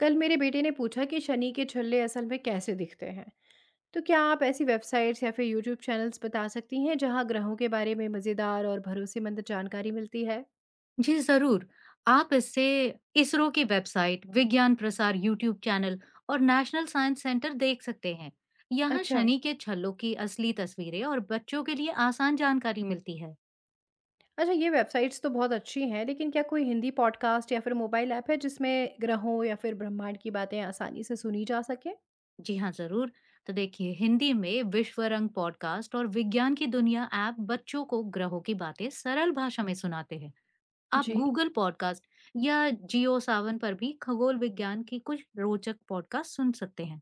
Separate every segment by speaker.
Speaker 1: कल मेरे बेटे ने पूछा कि शनि के छल्ले असल में कैसे दिखते हैं। तो क्या आप ऐसी वेबसाइट्स या फिर यूट्यूब चैनल्स बता सकती हैं जहां ग्रहों के बारे में मज़ेदार और भरोसेमंद जानकारी मिलती है।
Speaker 2: जी, ज़रूर। आप इससे इसरो की वेबसाइट, विज्ञान प्रसार यूट्यूब चैनल और नेशनल साइंस सेंटर देख सकते हैं। यहाँ
Speaker 1: अच्छा
Speaker 2: शनि के छल्लों की असली तस्वीरें और बच्चों के लिए आसान जानकारी मिलती है।
Speaker 1: अच्छा ये वेबसाइट्स तो बहुत अच्छी हैं, लेकिन क्या कोई हिंदी पॉडकास्ट या फिर मोबाइल ऐप है जिसमें ग्रहों या फिर ब्रह्मांड की बातें आसानी से सुनी जा सके।
Speaker 2: जी हाँ, ज़रूर। तो देखिए, हिंदी में विश्व रंग पॉडकास्ट और विज्ञान की दुनिया ऐप बच्चों को ग्रहों की बातें सरल भाषा में सुनाते हैं। आप
Speaker 1: जी।
Speaker 2: गूगल पॉडकास्ट या जियो सावन पर भी खगोल विज्ञान की कुछ रोचक पॉडकास्ट सुन सकते हैं।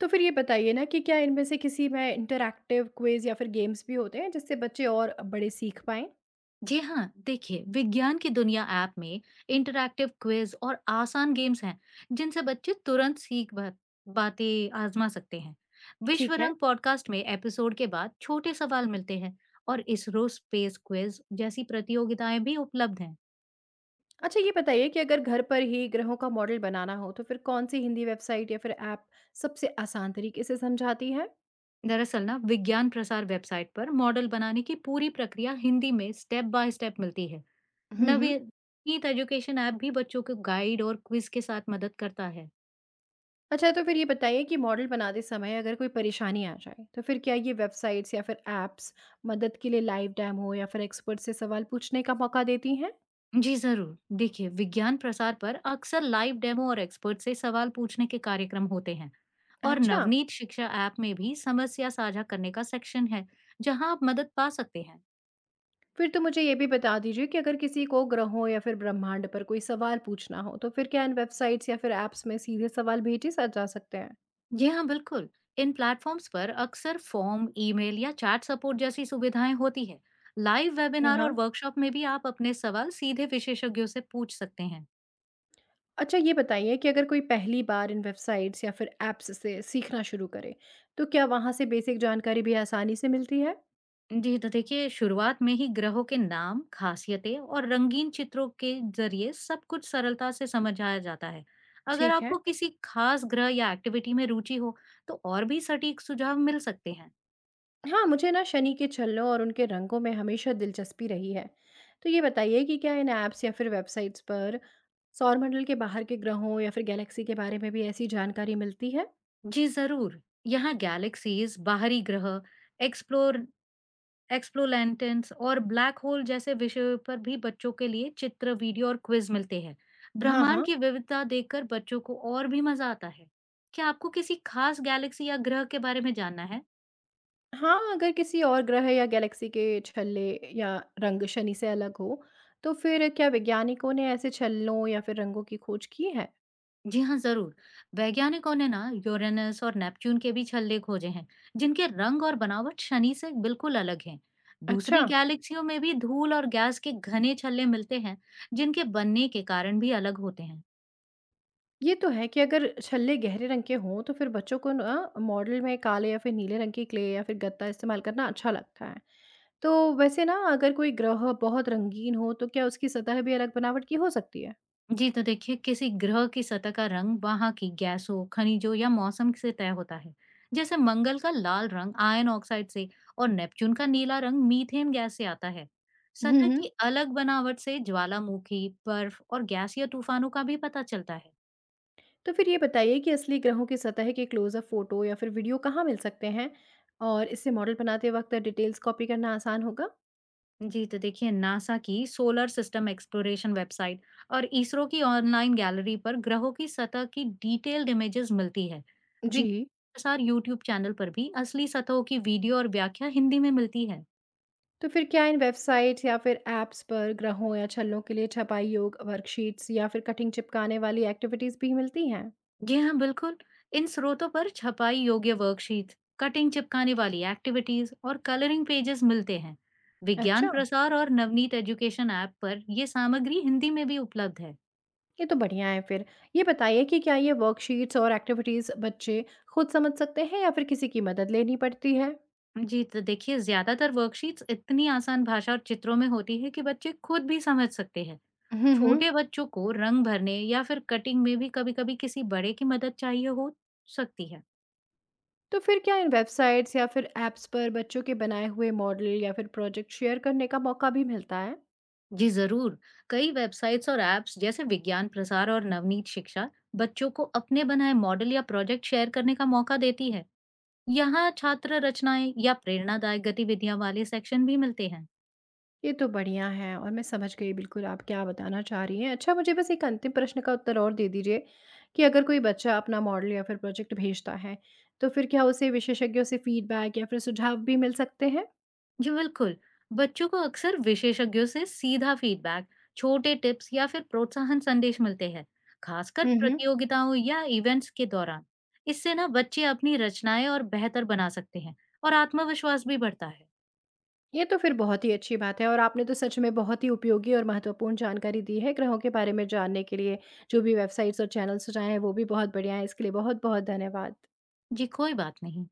Speaker 1: तो फिर ये बताइए ना कि क्या इनमें से किसी में इंटरैक्टिव क्विज या फिर गेम्स भी होते हैं जिससे बच्चे और बड़े सीख पाएं।
Speaker 2: जी हाँ, देखिए विज्ञान की दुनिया ऐप में इंटरैक्टिव क्विज और आसान गेम्स हैं जिनसे बच्चे तुरंत बातें आजमा सकते हैं। विश्व
Speaker 1: ठीक है।
Speaker 2: रंग पॉडकास्ट में एपिसोड के बाद छोटे सवाल मिलते हैं और इसरो स्पेस क्विज जैसी प्रतियोगिताएं भी उपलब्ध हैं।
Speaker 1: अच्छा ये बताइए कि अगर घर पर ही ग्रहों का मॉडल बनाना हो, तो फिर कौन-सी हिंदी वेबसाइट या फिर ऐप सबसे आसान तरीके से समझाती है?
Speaker 2: दरअसल ना विज्ञान प्रसार वेबसाइट पर मॉडल बनाने की पूरी प्रक्रिया हिंदी में स्टेप बाय स्टेप मिलती है।
Speaker 1: हम्म।
Speaker 2: नवीनीत एजुकेशन ऐप भी बच्चों को गाइड और क्विज के साथ मदद करता है।
Speaker 1: अच्छा, तो फिर ये बताइए कि मॉडल बनाते समय अगर कोई परेशानी आ जाए, तो फिर क्या ये वेबसाइट्स या फिर ऐप्स मदद के लिए लाइव डेमो या फिर एक्सपर्ट से सवाल पूछने का मौका देती हैं?
Speaker 2: जी जरूर, देखिए विज्ञान प्रसार पर अक्सर लाइव डेमो और एक्सपर्ट से सवाल पूछने के कार्यक्रम होते हैं। और
Speaker 1: अच्छा।
Speaker 2: नवनीत शिक्षा ऐप में भी समस्या साझा करने का सेक्शन है, जहां आप मदद पा सकते हैं।
Speaker 1: फिर तो मुझे ये भी बता दीजिए कि अगर किसी को ग्रहों या फिर ब्रह्मांड पर कोई सवाल पूछना हो, तो फिर क्या इन वेबसाइट्स या फिर ऐप्स में सीधे सवाल जा सकते हैं?
Speaker 2: जी हाँ, बिल्कुल। इन प्लेटफॉर्म्स पर अक्सर फॉर्म, ईमेल या चैट सपोर्ट जैसी सुविधाएं होती है। लाइव वेबिनार और
Speaker 1: हाँ।
Speaker 2: वर्कशॉप में भी आप अपने सवाल सीधे विशेषज्ञों से पूछ सकते हैं।
Speaker 1: अच्छा ये बताइए कि अगर कोई पहली बार इन वेबसाइट्स या फिर ऐप्स से सीखना शुरू करे, तो क्या वहाँ से बेसिक जानकारी भी आसानी से मिलती है?
Speaker 2: जी, तो देखिए शुरुआत में ही ग्रहों के नाम, खासियतें और रंगीन चित्रों के जरिए सब कुछ सरलता से समझाया जाता है। अगर
Speaker 1: ठीक है।
Speaker 2: आपको किसी खास ग्रह या एक्टिविटी में रुचि हो, तो और भी सटीक सुझाव मिल सकते हैं।
Speaker 1: हाँ, मुझे ना शनि के छल्लों और उनके रंगों में हमेशा दिलचस्पी रही है। तो ये बताइए कि क्या इन ऐप्स या फिर वेबसाइट्स पर सौरमंडल के बाहर के ग्रहों या फिर गैलेक्सी के बारे में भी ऐसी जानकारी मिलती है?
Speaker 2: जी जरूर, यहाँ गैलेक्सीज, बाहरी ग्रह, एक्सप्लोर एक्सप्लोलैंटेंस और ब्लैक होल जैसे विषयों पर भी बच्चों के लिए चित्र, वीडियो और क्विज मिलते हैं।
Speaker 1: हाँ,
Speaker 2: ब्रह्मांड
Speaker 1: हाँ।
Speaker 2: की विविधता देखकर बच्चों को और भी मजा आता है। क्या आपको किसी खास गैलेक्सी या ग्रह के बारे में जानना है?
Speaker 1: हाँ, अगर किसी और ग्रह या गैलेक्सी के छल्ले या रंग शनि से अलग हो, तो फिर क्या वैज्ञानिकों ने ऐसे छल्लों या फिर रंगों की खोज की है?
Speaker 2: जी हाँ, ज़रूर। वैज्ञानिकों ने ना यूरेनस और नेपच्यून के भी छल्ले खोजे हैं, जिनके रंग और बनावट शनि से बिल्कुल अलग हैं। दूसरी
Speaker 1: अच्छा,
Speaker 2: गैलेक्सियों में भी धूल और गैस के घने छल्ले मिलते हैं, जिनके बनने के कारण भी अलग होते हैं।
Speaker 1: ये तो है कि अगर छल्ले गहरे रंग के हों तो फिर बच्चों को ना मॉडल में काले या फिर नीले रंग की क्ले या फिर गत्ता इस्तेमाल करना अच्छा लगता है। तो वैसे ना अगर कोई ग्रह बहुत रंगीन हो, तो क्या उसकी सतह भी अलग बनावट की हो सकती है?
Speaker 2: जी, तो देखिए किसी ग्रह की सतह का रंग वहाँ की गैसों, खनिजों या मौसम से तय होता है। जैसे मंगल का लाल रंग आयन ऑक्साइड से और नेपच्यून का नीला रंग मीथेन गैस से आता है।
Speaker 1: हम्म
Speaker 2: सतह
Speaker 1: हम्म
Speaker 2: की अलग बनावट से ज्वालामुखी, बर्फ और गैसीय तूफानों का भी पता चलता है।
Speaker 1: तो फिर ये बताइए कि असली ग्रहों की सतह के क्लोजअप फोटो या फिर वीडियो कहाँ मिल सकते हैं, और इससे मॉडल बनाते वक्त डिटेल्स कॉपी करना आसान होगा?
Speaker 2: जी, तो देखिए नासा की सोलर सिस्टम एक्सप्लोरेशन वेबसाइट और इसरो की ऑनलाइन गैलरी पर ग्रहों की सतह की डिटेल्ड इमेजेस मिलती है।
Speaker 1: जी।
Speaker 2: विज्ञान यूट्यूब चैनल पर भी असली सतहों की वीडियो और व्याख्या हिंदी में मिलती है।
Speaker 1: तो फिर क्या इन वेबसाइट्स या फिर ऐप्स पर ग्रहों या छल्लों के लिए छपाई योग वर्कशीट्स या फिर कटिंग चिपकाने वाली एक्टिविटीज़ भी मिलती हैं?
Speaker 2: जी हाँ, बिल्कुल। इन स्रोतों पर छपाई योग्य वर्कशीट, कटिंग चिपकाने वाली एक्टिविटीज और कलरिंग पेजेस मिलते हैं। विज्ञान
Speaker 1: अच्छा,
Speaker 2: प्रसार और नवनीत एजुकेशन ऐप पर ये सामग्री हिंदी में भी उपलब्ध है।
Speaker 1: ये तो बढ़िया है फिर। ये बताइए कि क्या ये वर्कशीट्स और एक्टिविटीज़ बच्चे खुद समझ सकते हैं या फिर किसी की मदद लेनी पड़ती है?
Speaker 2: जी, तो देखिए ज़्यादातर वर्कशीट्स इतनी आसान भाषा और चित्रों में होती है कि बच्चे खुद भी समझ सकते हैं।
Speaker 1: हम्म।
Speaker 2: छोटे बच्चों को रंग भरने या फिर कटिंग में भी कभी-कभी किसी बड़े की मदद चाहिए हो सकती है।
Speaker 1: तो फिर क्या इन वेबसाइट्स या फिर ऐप्स पर बच्चों के बनाए हुए मॉडल या फिर प्रोजेक्ट शेयर करने का मौका भी मिलता है?
Speaker 2: जी ज़रूर, कई वेबसाइट्स और ऐप्स जैसे विज्ञान प्रसार और नवनीत शिक्षा बच्चों को अपने बनाए मॉडल या प्रोजेक्ट शेयर करने का मौका देती है। यहाँ छात्र रचनाएं या प्रेरणादायक गतिविधियां वाले सेक्शन भी मिलते हैं।
Speaker 1: ये तो बढ़िया है और मैं समझ गई बिल्कुल आप क्या बताना चाह रही हैं। अच्छा मुझे बस एक अंतिम प्रश्न का उत्तर और दे दीजिए कि अगर कोई बच्चा अपना मॉडल या फिर प्रोजेक्ट भेजता है, तो फिर क्या उसे विशेषज्ञों से फीडबैक या फिर सुझाव भी मिल सकते हैं?
Speaker 2: जी बिल्कुल, बच्चों को अक्सर विशेषज्ञों से सीधा फीडबैक, छोटे टिप्स या फिर प्रोत्साहन संदेश मिलते हैं, खासकर
Speaker 1: हम्म।
Speaker 2: प्रतियोगिताओं या इवेंट्स के दौरान। इससे ना बच्चे अपनी रचनाएं और बेहतर बना सकते हैं और आत्मविश्वास भी बढ़ता है।
Speaker 1: ये तो फिर बहुत ही अच्छी बात है, और आपने तो सच में बहुत ही उपयोगी और महत्वपूर्ण जानकारी दी है। ग्रहों के बारे में जानने के लिए जो भी वेबसाइट्स और चैनल सुझाए हैं वो भी बहुत बढ़िया है। इसके लिए बहुत बहुत धन्यवाद।
Speaker 2: जी, कोई बात नहीं।